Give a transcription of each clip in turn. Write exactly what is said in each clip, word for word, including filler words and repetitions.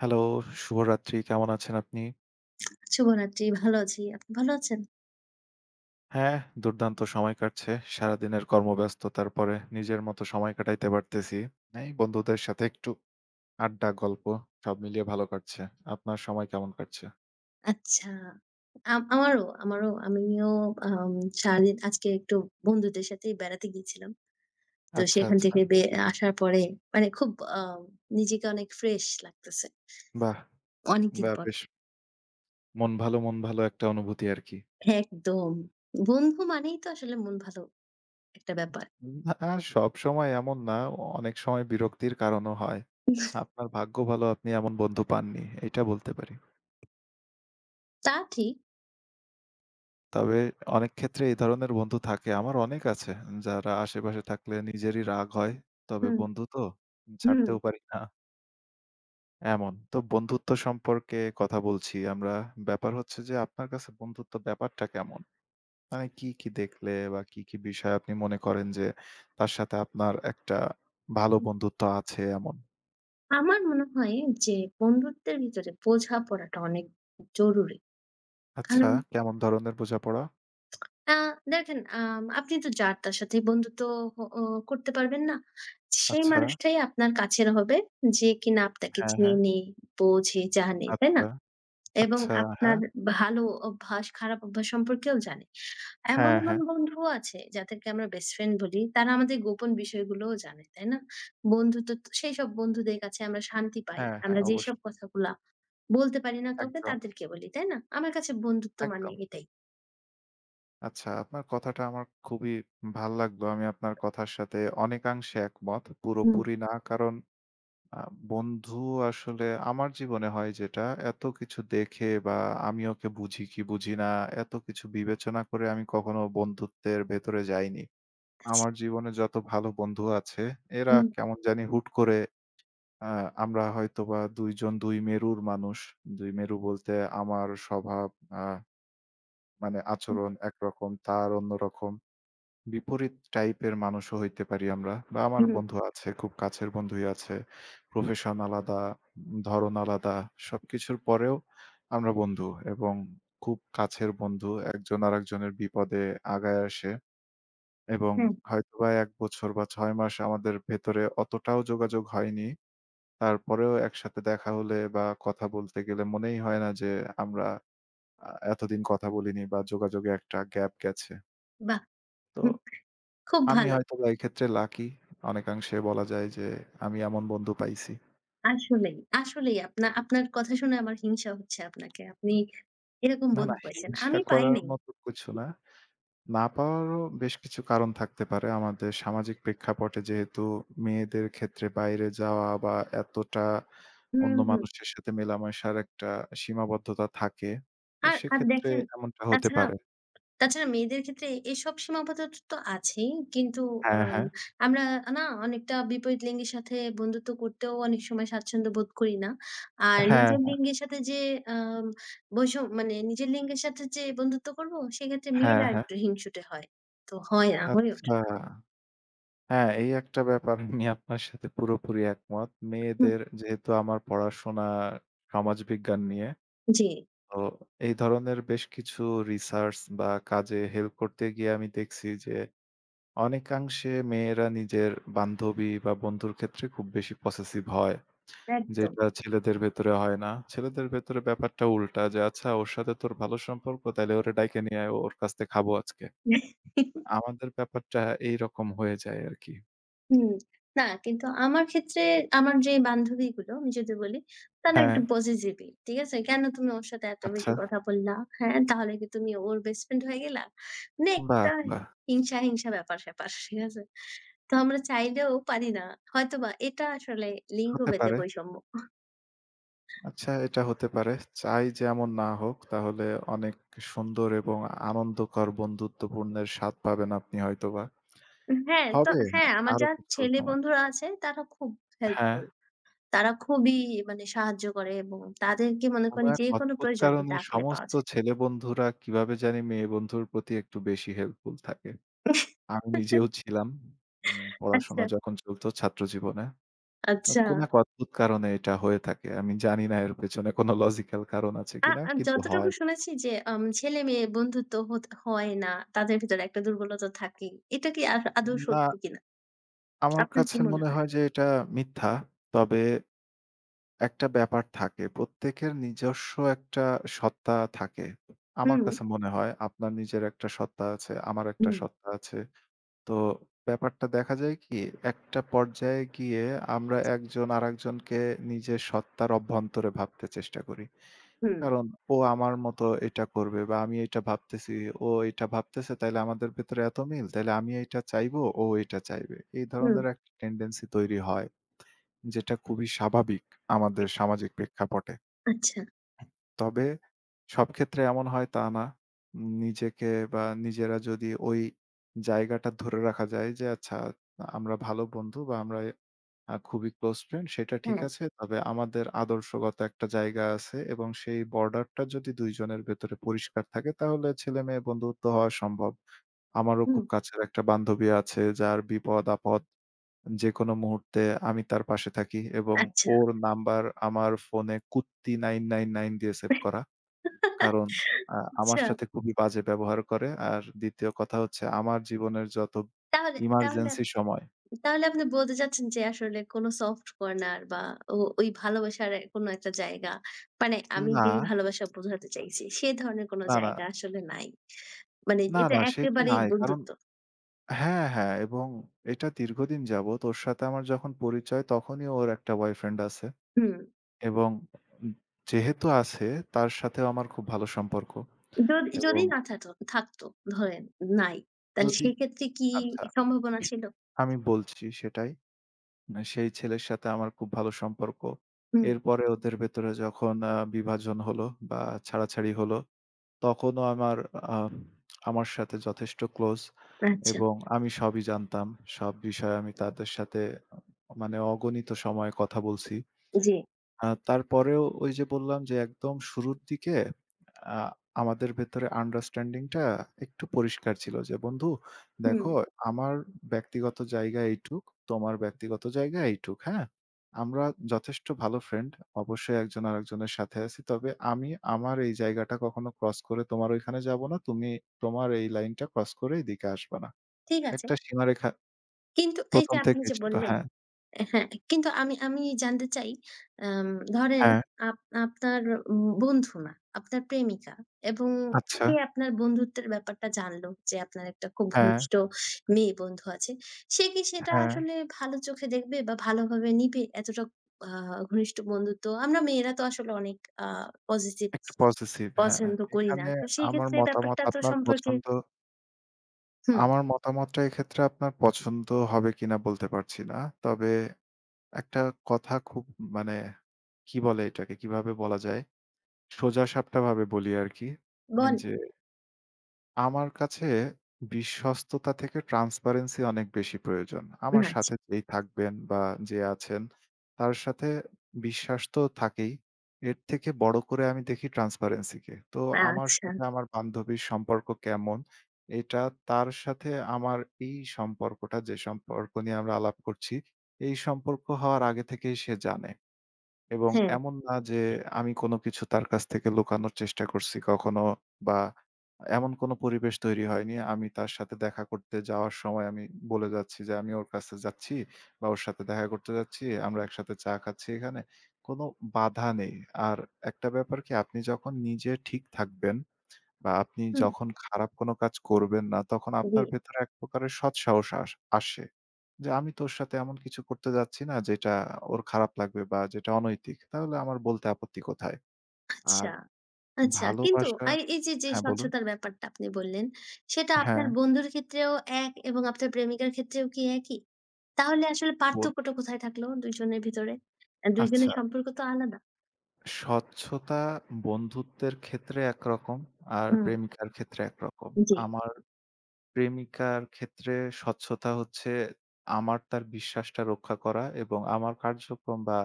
Hello, শুভরাত্রি। কেমন আছেন আপনি? শুভরাত্রি। ভালো আছি। আপনি ভালো আছেন? হ্যাঁ, দুর্দান্ত সময় কাটছে। সারাদিনের কর্মব্যস্ততার পরে নিজের মতো সময় কাটাইতে পারতেছি। এই বন্ধুদের সাথে একটু আড্ডা, গল্প, সব মিলিয়ে ভালো কাটছে। আপনার সময় কেমন কাটছে? আচ্ছা। আম আমারও, আমারও। আমিও আম সারাদিন আজকে একটু বন্ধুদের সাথেই বেড়াতে গিয়েছিলাম। তো আচ্ছা, সেখান আচ্ছা। থেকে বে আসার পরে মানে খুব আ নিজেকে অনেক ফ্রেশ লাগতেছে। বাহ! অনেকদিন বাহ! পর। বেশ মন ভালো, মন ভালো একটা অনুভূতি আরকি। একদম। বন্ধু মানেই তো আসলে মন ভালো একটা ব্যাপার। না, সবসময় এমন না। অনেক সময় বিরক্তির কারণও হয়। আপনার ভাগ্য ভালো, আপনি এমন বন্ধু পাননি। এটা বলতে পারি। তা ঠিক। তবে অনেক ক্ষেত্রে এই ধরনের বন্ধু থাকে। আমার অনেক আছে যারা আশেপাশে থাকলে নিজেরই রাগ হয়। তবে হুম, বন্ধু তো হুম। ছাড়তেও পারি না এমন। তো বন্ধুত্ব সম্পর্কে কথা বলছি আমরা। ব্যাপার হচ্ছে যে আপনার কাছে বন্ধুত্ব ব্যাপারটা কেমন? মানে কি, কি দেখলে বা কি, কি বিষয় আপনি মনে করেন যে তার সাথে আপনার একটা ভালো বন্ধুত্ব আছে এমন? আমার মনে হয় যে বন্ধুত্বের ভিতরে বোঝাপড়াটা অনেক জরুরি। আচ্ছা, কারণ কেমন ধরনের বোঝাপড়া? আ দেখেন আম আপনি তো যার তার সাথেই বন্ধুত্ব হ ও করতে পারবেন না। সেই আচ্ছা, মানুষটাই আপনার কাছের হবে যে কিনা আপনাকে হ্যাঁ, হ্যাঁ, চেনে, বোঝে, জানে, তাই না? আচ্ছা, এবং আচ্ছা, আপনার হ্যাঁ, ভালো অভ্যাস, খারাপ অভ্যাস সম্পর্কেও জানে। এমন, হ্যাঁ, এমন হ্যাঁ, বন্ধুও আছে যাদেরকে আমরা বেস্ট ফ্রেন্ড বলি। তারা আমাদের গোপন বিষয়গুলোও জানে, তাই না? বন্ধুত্ব তো সেইসব বন্ধুদের কাছে আমরা শান্তি পাই। হ্যাঁ, হ্যাঁ, আমরা যেসব অবশ্যই। কথাগুলা বলতে পারি না কাউকে একদম, তাদেরকে বলি, তাই না? আমার কাছে বন্ধুত্ব মানে একদম। এটাই। আচ্ছা, আপনার কথাটা আমার খুবই ভাল লাগলো। আমি আপনার কথার সাথে অনেকাংশে একমত। হুম, পুরোপুরি না, কারণ আ বন্ধু আসলে আমার জীবনে হয় যেটা, এত কিছু দেখে বা আমি ওকে বুঝি কি বুঝি না, এত কিছু বিবেচনা করে আমি কখনো বন্ধুত্বের ভেতরে যাইনি। আচ্ছা, আমার জীবনে যত ভালো বন্ধু আছে, এরা হুম। কেমন জানি হুট করে আ আমরা হয়তোবা দুই জন দুই মেরুর মানুষ। দুই মেরু বলতে আমার স্বভাব, আ মানে আচরণ একরকম, তার অন্যরকম। বিপরীত টাইপের মানুষও হইতে পারি আমরা, বা আমার হুম, বন্ধু আছে, খুব কাছের বন্ধুই আছে। প্রফেশন আলাদা, ধরন আলাদা। সবকিছুর পরেও আমরা বন্ধু এবং খুব কাছের বন্ধু। একজন আরেকজনের বিপদে আগায় আসে এবং হুম। হয়তোবা এক বছর বা ছয় মাস আমাদের ভেতরে অতটাও যোগাযোগ হয়নি। তারপরেও একসাথে দেখা হলে বা কথা বলতে গেলে মনেই হয় না যে আমরা আ এতদিন কথা বলিনি বা যোগাযোগে একটা গ্যাপ গেছে। বাহ! তো হুম, খুব আমি ভালো। হয়তোবা এক্ষেত্রে লাকি, অনেকাংশে বলা যায় যে আমি এমন বন্ধু পাইছি। আসলেই, আসলেই আপনা আপনার কথা শুনে আমার হিংসা হচ্ছে আপনাকে। আপনি এরকম না, না বন্ধু পাইছেন। হিংসা আমি পাই করার নাই। মতো কিছু না। না পাওয়ারও বেশ কিছু কারণ থাকতে পারে। আমাদের সামাজিক প্রেক্ষাপটে যেহেতু মেয়েদের ক্ষেত্রে বাইরে যাওয়া বা এতটা অন্য হুম, হুম। মানুষের সাথে মেলামেশার একটা সীমাবদ্ধতা থাকে। তো আর, আর সেক্ষেত্রে দেখেন এমনটা হতে তাছাড়া, পারে। তাছাড়া মেয়েদের ক্ষেত্রে এসব সীমাবদ্ধতা তো আছেই। কিন্তু হ্যাঁ, আম হ্যাঁ। আমরা না অনেকটা বিপরীত লিঙ্গের সাথে বন্ধুত্ব করতেও অনেক সময় স্বাচ্ছন্দ্য বোধ করি না। আর হ্যাঁ, নিজের লিঙ্গের সাথে যে আম বৈষম মানে নিজের লিঙ্গের সাথে যে বন্ধুত্ব করব সেক্ষেত্রে হ্যাঁ, মেয়েরা হ্যাঁ। একটু হিংসুটে হয়। তো হয় না, হয়ে ওঠে আচ্ছা। না। হ্যাঁ, এই একটা ব্যাপার আমি আপনার সাথে পুরোপুরি একমত। হুম, মেয়েদের যেহেতু আমার পড়াশোনা সমাজবিজ্ঞান নিয়ে, জি, তো এই ধরনের বেশ কিছু রিসার্চ বা কাজে হেল্প করতে গিয়ে আমি দেখছি যে অনেকাংশে মেয়েরা নিজের বান্ধবী বা বন্ধুর ক্ষেত্রে খুব বেশি পসেসিভ হয়। একদম। যেটা ছেলেদের ভেতরে হয় না। ছেলেদের ভেতরে ব্যাপারটা উল্টা, যে, "আচ্ছা, ওর সাথে তোর ভালো সম্পর্ক, তাইলে ওরে ডাইকা নিয়ে আয়, ওর কাছ থেকে খাবো আজকে।" আমাদের ব্যাপারটা এইরকম হয়ে যায় আরকি। হুম, না কিন্তু আমার ক্ষেত্রে আমার যে বান্ধবীগুলো আমি যদি বলি, তারা হ্যাঁ, একটু পজিটিভই। ঠিক আছে? "কেন তুমি ওর সাথে এত আচ্ছা। বেশি কথা বললা? হ্যাঁ, তাহলে কি তুমি ওর বেস্ট ফ্রেন্ড হয়ে গেলা?" মানে বাহ! একটা বাহ! হিংসা, হিংসা ব্যাপার-স্যাপার। ঠিক আছে? তো আমরা চাইলেও পারি না। হয়তোবা এটা আসলে হতে লিঙ্গভেদে পারে। বৈষম্য। আচ্ছা, এটা হতে পারে। চাই যে এমন না হোক। তাহলে অনেক সুন্দর এবং আনন্দকর বন্ধুত্বপূর্ণের স্বাদ পাবেন আপনি হয়তোবা। হ্যাঁ, তো হবে, হ্যাঁ, হ্যাঁ, আমার আরো যা কিছু ছেলে সময়। বন্ধুরা আছে তারা খুব হ্যাঁ, হেল্পফুল। তারা খুবই মানে সাহায্য করে এবং তাদেরকে মনে কোন করেন এক যেকোনো অদ্ভুত প্রয়োজনে কারণে ডাকলে পাওয়া সমস্ত যায়। ছেলে বন্ধুরা কিভাবে জানি মেয়ে বন্ধুর প্রতি একটু বেশি হেল্পফুল থাকে। আমি নিজেও ছিলাম। উম আচ্ছা, পড়াশোনা যখন চলত ছাত্র জীবনে। আচ্ছা। কোন এক অদ্ভুত কারণে এটা হয়ে থাকে। আমি জানি না এর পেছনে কোন লজিক্যাল কারণ আছে আ কিনা, আ কিন্তু যতটুকু হয়। শুনেছি যে আম ছেলে-মেয়ে বন্ধুত্ব হত হয় না। তাদের ভিতরে একটা দুর্বলতা থাকেই। এটা কি আ আদৌ না, সত্যি কিনা? আমার আপনার কি কাছে মনে মনে হয়? হয় যে এটা মিথ্যা। তবে একটা ব্যাপার থাকে। প্রত্যেকের নিজস্ব একটা সত্তা থাকে। আমার হুম, কাছে মনে হয় আপনার নিজের একটা সত্তা আছে, আমার একটা হুম, সত্তা আছে। তো ব্যাপারটা দেখা যায় কি একটা পর্যায়ে গিয়ে আমরা একজন আরেকজনকে নিজের সত্তার অভ্যন্তরে ভাবতে চেষ্টা করি। হুম, কারণ ও আমার মতো এটা করবে, বা আমি এটা ভাবতেছি, ও এটা ভাবতেছে, তাইলে আমাদের ভেতরে এত মিল, তাইলে আমি এটা চাইবো, ও এটা চাইবে। এই হুম। ধরনের একটা টেনডেন্সি তৈরি হয়, যেটা খুবই স্বাভাবিক আমাদের সামাজিক প্রেক্ষাপটে। আচ্ছা, তবে সব ক্ষেত্রে এমন হয় তা না। উম, নিজেকে বা নিজেরা যদি ওই জায়গাটা ধরে রাখা যায় যে আচ্ছা আমরা ভালো বন্ধু বা আমরা আ খুবই ক্লোজ ফ্রেন্ড, সেটা ঠিক হ্যাঁ, আছে। তবে আমাদের আদর্শগত একটা জায়গা আছে এবং সেই বর্ডারটা যদি দুই জনের ভেতরে পরিষ্কার থাকে তাহলে ছেলেমেয়ে বন্ধুত্ব হওয়া সম্ভব। আমারও খুব হুম, কাছের একটা বান্ধবী আছে যার বিপদ-আপদ যেকোনো মুহূর্তে আমি তার পাশে থাকি, এবং আচ্ছা। ওর নাম্বার আমার ফোনে কুত্তি নাইন নাইন নাইন দিয়ে সেভ করা। কারণ আ আমার আচ্ছা। সাথে খুবই বাজে ব্যবহার করে। আর দ্বিতীয় কথা হচ্ছে আমার জীবনের যত তাহলে তাহলে ইমার্জেন্সি সময়। তাহলে আপনি বলতে চাচ্ছেন যে আসলে কোন সফট কর্নার বা ও ওই ভালোবাসার এ কোনো একটা জায়গা, মানে আমি না, যেই ভালোবাসা বোঝাতে চাইছি সে ধরনের কোন না, না। জায়গা আসলে নাই। মানে না, এটা না সেটা একেবারেই নাই। কারণ বন্ধুত্ব। হ্যাঁ, হ্যাঁ, এবং এটা দীর্ঘদিন যাবৎ। ওর সাথে আমার যখন পরিচয় তখনই ওর একটা বয়ফ্রেন্ড আছে হুম। এবং উম যেহেতু আছে, তার সাথেও আমার খুব ভালো সম্পর্ক, যদি এবং যদি না থাতো থাকতো ধরেন নাই। তাহলে যদি সেক্ষেত্রে কি আচ্ছা সম্ভাবনা ছিল? আমি বলছি সেটাই। আ সেই ছেলের সাথে আমার খুব ভালো সম্পর্ক। হুম, এরপরে ওদের ভেতরে যখন আ বিভাজন হলো বা ছাড়াছাড়ি হলো, তখনও আমার আ আমার সাথে যথেষ্ট ক্লোজ, আচ্ছা। এবং আমি সবই জানতাম। সব বিষয়ে আমি তাদের সাথে, মানে অগণিত সময় কথা বলছি। জি। আ তারপরেও ওই যে বললাম যে একদম শুরুর দিকে আ আমাদের ভেতরে আন্ডারস্ট্যান্ডিং টা একটু পরিষ্কার ছিল যে, "বন্ধু হুম, দেখো, আমার ব্যক্তিগত জায়গা এইটুক, তোমার ব্যক্তিগত জায়গা এইটুক, হ্যাঁ? আমরা যথেষ্ট ভালো ফ্রেন্ড। অবশ্যই একজন আরেকজনের সাথে আছি। তবে আমি আমার এই জায়গাটা কখনো ক্রস করে তোমার ওইখানে যাব না। তুমি তোমার এই লাইনটা ক্রস করে এদিকে আসবা না।" ঠিক আছে। একটা সীমারেখা কিন্তু এই প্রথম যে আপনি থেকেই যে ছিল। বললেন হ্যাঁ, হ্যাঁ, কিন্তু আমি আমি জানতে চাই আম ধরেন হ্যাঁ, আপ আপনার উম বন্ধু না, আপনার প্রেমিকা এবং আচ্ছা, সে আপনার বন্ধুত্বের ব্যাপারটা জানলো যে আপনার একটা খুব হ্যাঁ, ঘনিষ্ঠ মেয়ে বন্ধু আছে। সে কি সেটা হ্যাঁ। আসলে ভালো চোখে দেখবে বা ভালোভাবে নিবে? এতটা আ ঘনিষ্ঠ বন্ধুত্ব আমরা মেয়েরা তো আসলে অনেক আ পজিটিভ একটা পজেসিভ, হ্যাঁ, হ্যাঁ। পছন্দ করি না। এখানে তো সেই আমার ক্ষেত্রে মতামত ব্যাপারটা তো আপনার সম্পর্কে পছন্দ, হুম, আমার মতামতটা এক্ষেত্রে আপনার পছন্দ হবে কিনা বলতে পারছি না। তবে একটা কথা খুব, মানে কি বলে এটাকে? কিভাবে বলা যায়? সোজাসাপটা ভাবে বলি আরকি। বলেন। যে আমার কাছে বিশ্বস্ততা থেকে ট্রান্সপারেন্সি অনেক বেশি প্রয়োজন। আমার আচ্ছা, সাথে যেই থাকবেন বা যে আছেন তার সাথে বিশ্বাস তো থাকেই। এর থেকে বড় করে আমি দেখি ট্রান্সপারেন্সি কে। তো আমার আচ্ছা। সাথে আমার বান্ধবীর সম্পর্ক কেমন? এটা, তার সাথে আমার এই সম্পর্কটা, যে সম্পর্ক নিয়ে আমরা আলাপ করছি, এই সম্পর্ক হওয়ার আগে থেকেই সে জানে। এবং হ্যাঁ, এমন না যে আমি কোনো কিছু তার কাছ থেকে লুকানোর চেষ্টা করছি কখনো, বা এমন কোনো পরিবেশ তৈরি হয়নি। আমি তার সাথে দেখা করতে যাওয়ার সময় আমি বলে যাচ্ছি যে আমি ওর কাছে যাচ্ছি বা ওর সাথে দেখা করতে যাচ্ছি। আমরা একসাথে চা খাচ্ছি এখানে। কোনো বাধা নেই। আর একটা ব্যাপার কি, আপনি যখন নিজে ঠিক থাকবেন বা আপনি হুম, যখন খারাপ কোনো কাজ করবেন না, তখন জি, আপনার ভেতরে এক প্রকারের সৎসাহস আস আসে। যে আমি তোর সাথে এমন কিছু করতে যাচ্ছি না যেটা ওর খারাপ লাগবে বা যেটা অনৈতিক। তাহলে আমার বলতে আপত্তি কোথায়? আর আচ্ছা। আচ্ছা, কিন্তু ভালোবাসা, আর এই যে, যে হ্যাঁ, বলুন। স্বচ্ছতার ব্যাপারটা আপনি বললেন, সেটা হ্যাঁ, আপনার বন্ধুর ক্ষেত্রেও এক এবং আপনার প্রেমিকার ক্ষেত্রেও কি একই? তাহলে আসলে বোধ, পার্থক্যটা কোথায় থাকলো দুই জনের ভিতরে? আ দুই জনের আচ্ছা, সম্পর্ক তো আলাদা। স্বচ্ছতা বন্ধুত্বের ক্ষেত্রে একরকম, আর হুম। প্রেমিকার ক্ষেত্রে একরকম। জি। আমার প্রেমিকার ক্ষেত্রে স্বচ্ছতা হচ্ছে আমার তার বিশ্বাসটা রক্ষা করা এবং আমার কার্যক্রম বা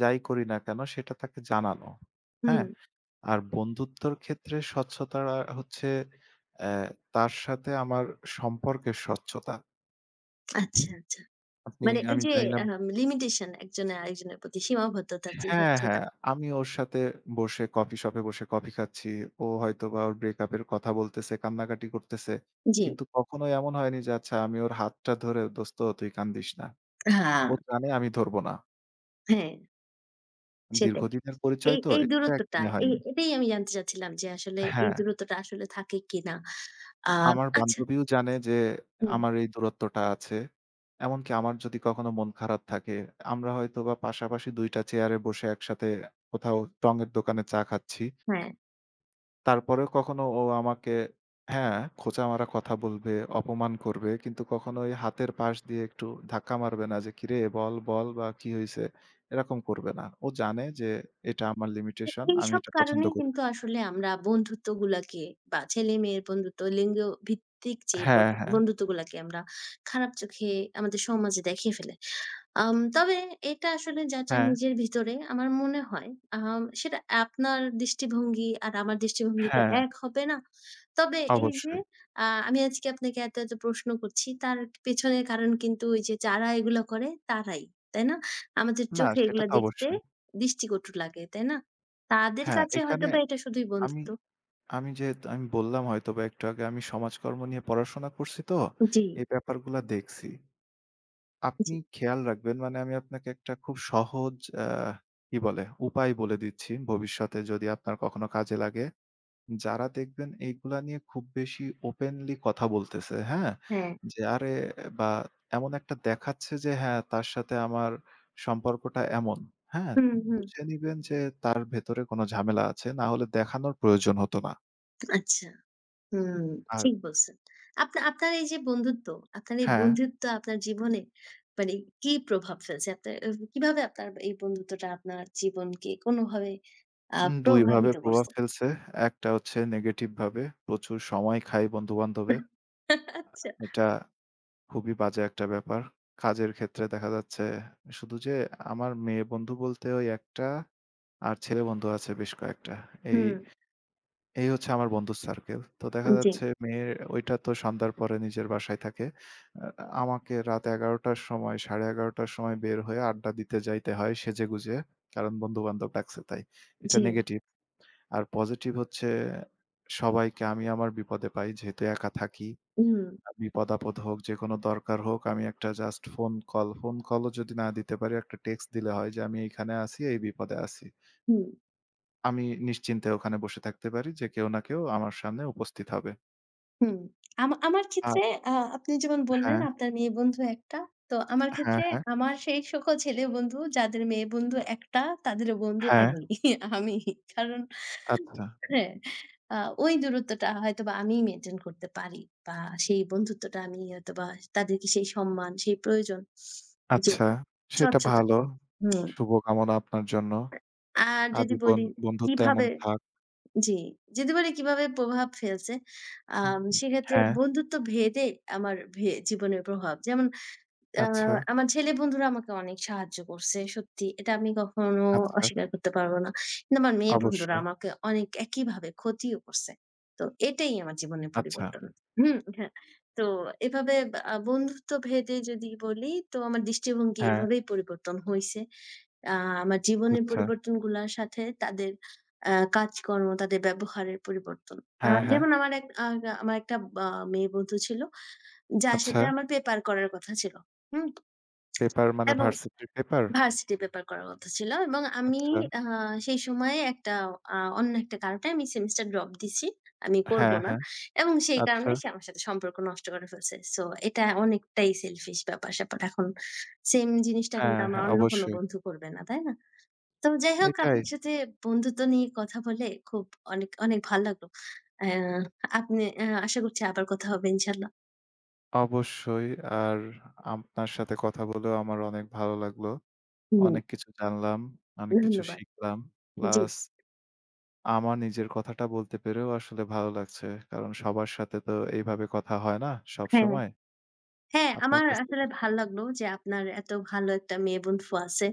যাই করি না কেন সেটা তাকে জানানো। হুম, হ্যাঁ? আর বন্ধুত্বর ক্ষেত্রে স্বচ্ছতা হচ্ছে অ্যা তার সাথে আমার সম্পর্কের স্বচ্ছতা। আচ্ছা, আচ্ছা। আপনি মানে ওই আমি যে জানি না। আম লিমিটেশন একজনের আরেকজনের প্রতি সীমাবদ্ধতার যে হ্যাঁ, স্বচ্ছতা। হ্যাঁ। আমি ওর সাথে বসে, কফি শপে বসে কফি খাচ্ছি। ও হয়তোবা ওর ব্রেকআপ এর কথা বলতেছে, কান্নাকাটি করতেছে। জি। কিন্তু কখনোই এমন হয়নি যে আচ্ছা আমি ওর হাতটা ধরে, "দোস্ত তুই কান্দিস না।" হ্যাঁ। ও জানে আমি ধরব না। হ্যাঁ, সেটাই। দীর্ঘদিনের এই পরিচয়, তো এই এটা তো দূরত্বটা একদিনে এই হয়নি। এটাই আমি জানতে চাচ্ছিলাম যে আসলে এই হ্যাঁ। দূরত্বটা আসলে থাকে কিনা? আ আমার আচ্ছা বান্ধবীও জানে যে হুম, আমার এই দূরত্বটা আছে। এমনকি আমার যদি কখনো মন খারাপ থাকে, আমরা হয়তোবা পাশাপাশি দুই টা চেয়ারে বসে একসাথে কোথাও টঙের দোকানে চা খাচ্ছি। হ্যাঁ। তারপরেও কখনো ও আমাকে, হ্যাঁ, খোঁচা মারা কথা বলবে, অপমান করবে। কিন্তু কখনোই হাতের পাশ দিয়ে একটু ধাক্কা মারবে না যে, "কিরে বল, বল, বা কি হইছে?" এরকম করবে না। ও জানে যে এটা আমার এ লিমিটেশন, আমি এইসব এটা পছন্দ কারণেই করি না। কিন্তু আসলে আমরা বন্ধুত্বগুলাকে বা ছেলে-মেয়ের বন্ধুত্ব, লিঙ্গ ভিত্তিক যে হ্যাঁ, বত হ্যাঁ, বন্ধুত্বগুলাকে আমরা খারাপ চোখে আমাদের সমাজে দেখিয়ে ফেলে। আম তবে এটা আসলে যার, যার হ্যাঁ, নিজের ভিতরে আমার মনে হয় আম সেটা আপনার দৃষ্টিভঙ্গি আর আমার দৃষ্টিভঙ্গিটা হ্যাঁ, এক হবে না। তবে এই যে অবশ্যই। আ আমি আজকে আপনাকে এত, এত প্রশ্ন করছি তার পেছনের কারণ কিন্তু ওই যে যারা এগুলা করে তারাই, তাই না? আমাদের না, চোখে সেটা এগুলা তো দেখতে অবশ্যই। দৃষ্টিকটু লাগে, তাই না? তাদের হ্যাঁ, কাছে এখানে হয়তোবা এটা শুধুই আমি বন্ধুত্ব। আমি যে, আমি বললাম হয়তোবা একটু আগে, আমি সমাজকর্ম নিয়ে পড়াশোনা করছি তো, জি, এই ব্যাপারগুলা দেখছি। আপনি জি। খেয়াল রাখবেন, মানে আমি আপনাকে একটা খুব সহজ, আ কি বলে, উপায় বলে দিচ্ছি। ভবিষ্যতে যদি আপনার কখনো কাজে লাগে। যারা দেখবেন এইগুলা নিয়ে খুব বেশি ওপেনলি কথা বলতেছে, হ্যাঁ? হ্যাঁ। যে আরে, বা এমন একটা দেখাচ্ছে যে হ্যাঁ, তার সাথে আমার সম্পর্কটা এমন, হ্যাঁ? হুম, হুম। বুঝে নিবেন যে তার ভেতরে কোনো ঝামেলা আছে। না হলে দেখানোর প্রয়োজন হতো না। আচ্ছা। হুম, আর ঠিক বলছেন। আপনা আপনার এই যে বন্ধুত্ব, আপনার এই হ্যাঁ, বন্ধুত্ব আপনার জীবনে মানে কি প্রভাব ফেলছে? আপনার এ কিভাবে আপনার এই বন্ধুত্বটা আপনার জীবনকে কোনভাবে আ উম দুই ভাবে প্রভাবিত প্রভাব করছে? ফেলছে। একটা হচ্ছে নেগেটিভ ভাবে। প্রচুর সময় খাই বন্ধু-বান্ধবে। আচ্ছা। এটা খুবই বাজে একটা ব্যাপার। কাজের ক্ষেত্রে দেখা যাচ্ছে শুধু যে আমার মেয়ে বন্ধু বলতে ওই একটা, আর ছেলে বন্ধু আছে বেশ কয়েকটা। এই, হুম, এই হচ্ছে আমার বন্ধুর সার্কেল। তো দেখা জি, যাচ্ছে মেয়ের ওইটা তো সন্ধ্যার পরে নিজের বাসায় থাকে। আ আমাকে রাত ১১ঃ শূন্য শূন্য র সময়, সাড়ে এগারো র সময় বের হয়ে আড্ডা দিতে যাইতে হয় সেজেগুজে। কারণ বন্ধু-বান্ধব ডাকছে তাই। এটা জি, নেগেটিভ। আর পজিটিভ হচ্ছে সবাইকে আমি আমার বিপদে পাই। যেহেতু একা থাকি। হুম, আ বিপদ-আপদ হোক, যেকোনো দরকার হোক, আমি একটা জাস্ট ফোন কল, ফোন কলও যদি না দিতে পারি একটা টেক্সট দিলে হয় যে আমি এইখানে আছি, এই বিপদে আছি। হুম। আমি নিশ্চিন্তে ওখানে বসে থাকতে পারি যে কেউ না কেউ আমার সামনে উপস্থিত হবে। হুম, আমা আমার আর ক্ষেত্রে আ আপনি যেমন বললেন হ্যাঁ, আপনার মেয়ে বন্ধু একটা। তো আমার হ্যাঁ, ক্ষেত্রে হ্যাঁ, আমার সেই সকল ছেলে বন্ধু যাদের মেয়ে বন্ধু একটা তাদের বন্ধু হ্যাঁ, আমি, আমি। কারণ আচ্ছা, হ্যাঁ, আ ওই দূরত্বটা হয়তোবা আমিই মেইনটেইন করতে পারি বা সেই বন্ধুত্বটা আমি হয়তোবা তাদেরকে সেই সম্মান, সেই প্রয়োজন যে আচ্ছা। সেটা স্বচ্ছতা। ভালো। হুম। শুভকামনা আপনার জন্য। আর যদি আজীবন বলি বন্ধুত্ব এমন কিভাবে থাক। জি, যেতে পারে কিভাবে প্রভাব ফেলছে। আম সেক্ষেত্রে হ্যাঁ, বন্ধুত্ব ভেদে আমার ভে জীবনের প্রভাব। যেমন আ আচ্ছা, আমার ছেলে বন্ধুরা আমাকে অনেক সাহায্য করছে। সত্যি এটা আমি কখনো আচ্ছা, অস্বীকার করতে পারব না। কিন্তু আমার মেয়ে বন্ধুরা অবশ্যই। আমাকে অনেক একইভাবে ক্ষতিও করছে। তো এটাই আমার জীবনের আচ্ছা, পরিবর্তন। হুম, হ্যাঁ। তো এভাবে আ বন্ধুত্ব ভেদে যদি বলি তো আমার দৃষ্টিভঙ্গি হ্যাঁ, এভাবেই পরিবর্তন হইছে। আ আমার জীবনের আচ্ছা, পরিবর্তনগুলার সাথে তাদের আ কাজকর্ম, তাদের ব্যবহারের পরিবর্তন। আ হ্যাঁ, হ্যাঁ, যেমন আমার এক আ আমার একটা আ মেয়ে বন্ধু ছিল, যার আচ্ছা। সাথে আমার পেপার করার কথা ছিল। হুম? পেপার মানে এবং ভার্সিটির পেপার? ভার্সিটি পেপার করার কথা ছিল এবং আমি আচ্ছা, আ সেই সময়ে একটা আ অন্য একটা কারণে আমি সেমিস্টার ড্রপ দিছি। আমি করব হ্যাঁ, না। হ্যাঁ, এবং সেই আচ্ছা, কারণে সে আমার সাথে সম্পর্ক নষ্ট করে ফেলছে। সো এটা অনেকটাই সেলফিশ ব্যাপার-স্যাপার। এখন সেম জিনিসটা কিন্তু হ্যাঁ, আমার হ্যাঁ, অন্য কোন অবশ্যই। বন্ধু করবে না, তাই না? তো যাই হোক এটাই, আপনার সাথে বন্ধুত্ব নিয়ে কথা বলে খুব অনেক, অনেক ভাল লাগলো। আ আপনি আ আশা করছি আবার কথা হবে ইনশাআল্লাহ। অবশ্যই। আর আপনার সাথে কথা বলেও আমার অনেক ভালো লাগলো। হুম, অনেক কিছু জানলাম, অনেক কিছু ধন্যবাদ। শিখলাম। জি, প্লাস আমার নিজের কথাটা বলতে পেরেও আসলে ভালো লাগছে। কারণ সবার সাথে তো এইভাবে কথা হয় না হ্যাঁ, সবসময়। হ্যাঁ, আপনার আমার কাছ থেকে আসলে ভাল লাগলো যে আপনার এত ভালো একটা মেয়ে বন্ধু আছে।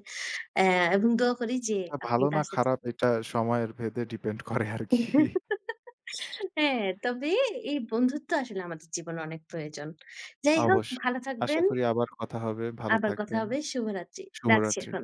অ্যা এবং দোয়া করি যে শিক্ষা আপনি ভালো না তার সাথে খারাপ, এটা সময়ের ভেদে ডিপেন্ড করে আরকি। হ্যাঁ, তবে এই বন্ধুত্ব আসলে আমাদের জীবনে অনেক প্রয়োজন। যাই হোক অবশ্যই। ভালো আশা থাকবেন। করি আবার কথা হবে। ভালো আবার কথা থাকবেন। হবে। শুভরাত্রি। রাখছি শুভরাত্রি। এখন।